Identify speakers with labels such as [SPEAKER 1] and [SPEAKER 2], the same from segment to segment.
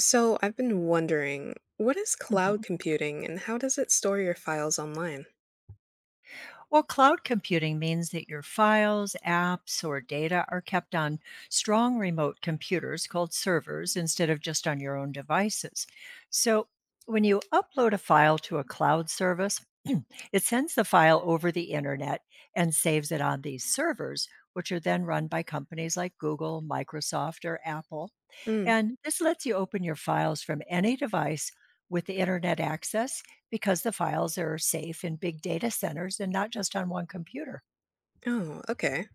[SPEAKER 1] So I've been wondering, what is cloud
[SPEAKER 2] Mhm.
[SPEAKER 1] computing and how does it store your files online?
[SPEAKER 2] Well, cloud computing means that your files, apps, or data are kept on strong remote computers called servers instead of just on your own devices. So, when you upload a file to a cloud service, it sends the file over the internet and saves it on these servers, which are then run by companies like Google, Microsoft, or Apple.
[SPEAKER 1] Mm.
[SPEAKER 2] And this lets you open your files from any device with the internet access because the files are safe in big data centers and not just on one computer.
[SPEAKER 1] Oh, okay.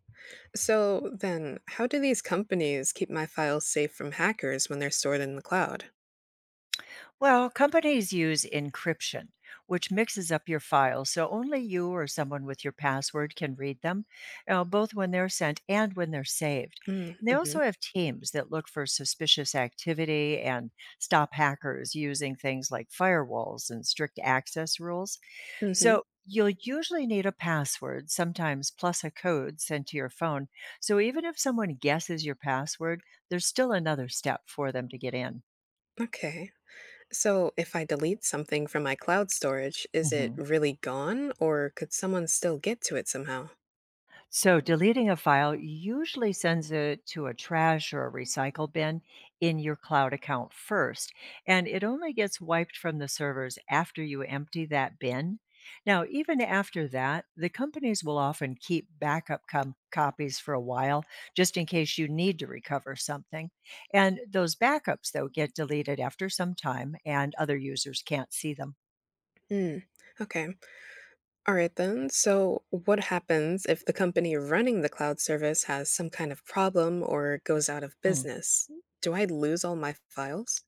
[SPEAKER 1] So then, how do these companies keep my files safe from hackers when they're stored in the cloud?
[SPEAKER 2] Well, companies use encryption, which mixes up your files so only you or someone with your password can read them, both when they're sent and when they're saved. And they
[SPEAKER 1] Mm-hmm.
[SPEAKER 2] also have teams that look for suspicious activity and stop hackers using things like firewalls and strict access rules.
[SPEAKER 1] Hmm.
[SPEAKER 2] So you'll usually need a password, sometimes plus a code sent to your phone. So even if someone guesses your password, there's still another step for them to get in.
[SPEAKER 1] Okay. So if I delete something from my cloud storage, is it really gone or could someone still get to it somehow?
[SPEAKER 2] So, deleting a file usually sends it to a trash or a recycle bin in your cloud account first, and it only gets wiped from the servers after you empty that bin. Now, even after that, the companies will often keep copies for a while just in case you need to recover something. And those backups, though, get deleted after some time and other users can't see them.
[SPEAKER 1] Mm. Okay. All right then. So what happens if the company running the cloud service has some kind of problem or goes out of business? Do I lose all my files?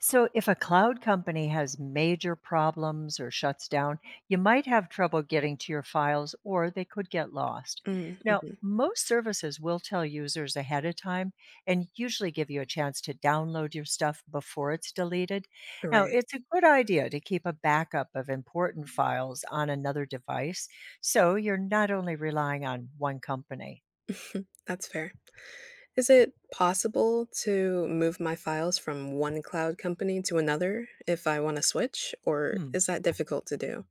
[SPEAKER 2] So, if a cloud company has major problems or shuts down, you might have trouble getting to your files or they could get lost. Now,
[SPEAKER 1] Mm-hmm.
[SPEAKER 2] most services will tell users ahead of time and usually give you a chance to download your stuff before it's deleted. Now,
[SPEAKER 1] Right.
[SPEAKER 2] it's a good idea to keep a backup of important files on another device so you're not only relying on one company.
[SPEAKER 1] That's fair. Is it possible to move my files from one cloud company to another if I want to switch, or
[SPEAKER 2] Hmm.
[SPEAKER 1] is that difficult to do?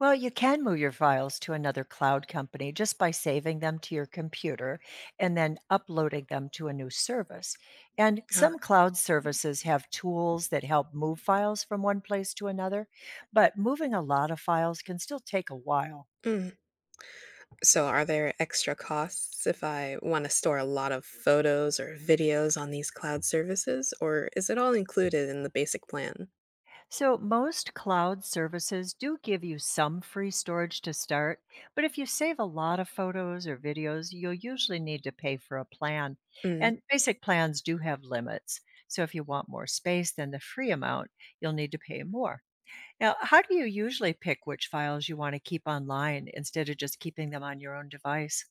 [SPEAKER 2] Well, you can move your files to another cloud company just by saving them to your computer and then uploading them to a new service. And
[SPEAKER 1] Ah,
[SPEAKER 2] some cloud services have tools that help move files from one place to another, but moving a lot of files can still take a while.
[SPEAKER 1] mm. So, are there extra costs if I want to store a lot of photos or videos on these cloud services, or is it all included in the basic plan?
[SPEAKER 2] So, most cloud services do give you some free storage to start, but if you save a lot of photos or videos, you'll usually need to pay for a plan.
[SPEAKER 1] Mm.
[SPEAKER 2] And basic plans do have limits. So, if you want more space than the free amount, you'll need to pay more. Now, how do you usually pick which files you want to keep online instead of just keeping them on your own device?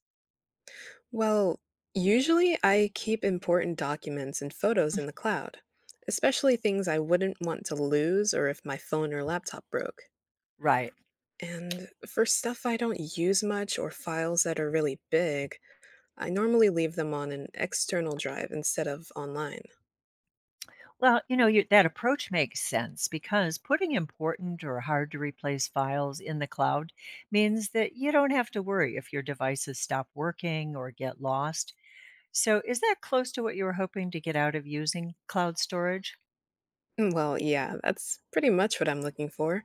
[SPEAKER 1] Well, usually I keep important documents and photos in the cloud, especially things I wouldn't want to lose or if my phone or laptop broke.
[SPEAKER 2] Right.
[SPEAKER 1] And for stuff I don't use much or files that are really big, I normally leave them on an external drive instead of online.
[SPEAKER 2] Well, that approach makes sense because putting important or hard to replace files in the cloud means that you don't have to worry if your devices stop working or get lost. So, is that close to what you were hoping to get out of using cloud storage?
[SPEAKER 1] Mm, well, yeah, that's pretty much what I'm looking for.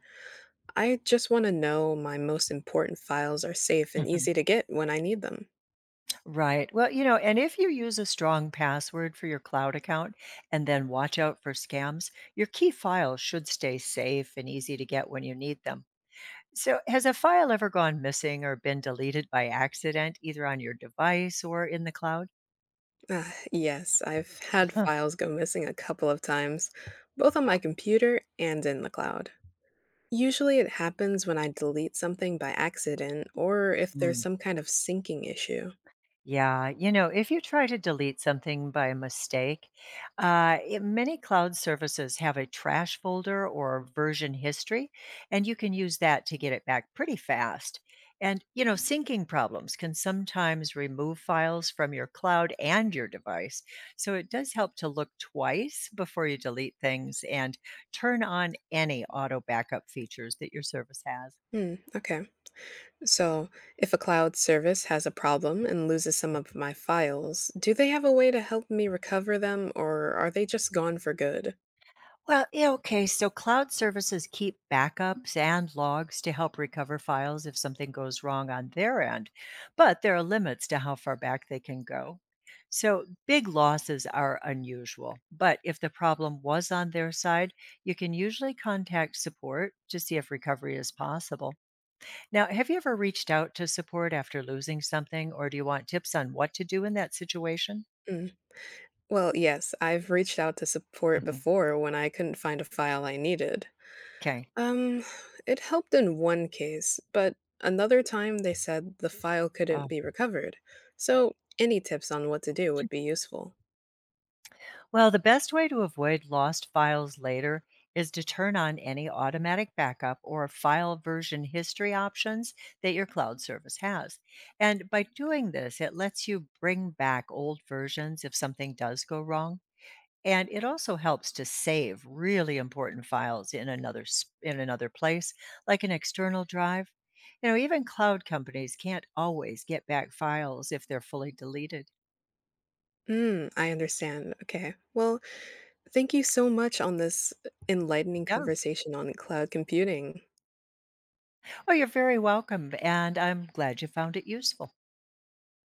[SPEAKER 1] I just want to know my most important files are safe and
[SPEAKER 2] Hmm.
[SPEAKER 1] easy to get when I need them.
[SPEAKER 2] Right. Well, and if you use a strong password for your cloud account and then watch out for scams, your key files should stay safe and easy to get when you need them. So, has a file ever gone missing or been deleted by accident, either on your device or in the cloud?
[SPEAKER 1] Ah, yes, I've had
[SPEAKER 2] Huh.
[SPEAKER 1] files go missing a couple of times, both on my computer and in the cloud. Usually it happens when I delete something by accident or if there's
[SPEAKER 2] Yeah.
[SPEAKER 1] some kind of syncing issue.
[SPEAKER 2] Yeah, if you try to delete something by mistake, many cloud services have a trash folder or version history, and you can use that to get it back pretty fast. And syncing problems can sometimes remove files from your cloud and your device. So it does help to look twice before you delete things and turn on any auto backup features that your service has.
[SPEAKER 1] Hmm, okay. So, if a cloud service has a problem and loses some of my files, do they have a way to help me recover them or are they just gone for good?
[SPEAKER 2] Well, yeah, okay, so cloud services keep backups and logs to help recover files if something goes wrong on their end, but there are limits to how far back they can go. So big losses are unusual, but if the problem was on their side, you can usually contact support to see if recovery is possible. Now, have you ever reached out to support after losing something, or do you want tips on what to do in that situation?
[SPEAKER 1] Mm. Well, yes, I've reached out to support
[SPEAKER 2] Mhm.
[SPEAKER 1] before when I couldn't find a file I needed.
[SPEAKER 2] Okay.
[SPEAKER 1] Um, it helped in one case, but another time they said the file couldn't be recovered. So, any tips on what to do would be useful.
[SPEAKER 2] Well, the best way to avoid lost files later is to turn on any automatic backup or file version history options that your cloud service has. And by doing this, it lets you bring back old versions if something does go wrong. And it also helps to save really important files in another place, like an external drive. You know, even cloud companies can't always get back files if they're fully deleted.
[SPEAKER 1] Hmm, I understand. Okay. Well, thank you so much on this enlightening
[SPEAKER 2] Yep.
[SPEAKER 1] conversation on cloud computing.
[SPEAKER 2] Oh, you're very welcome, and I'm glad you found it useful.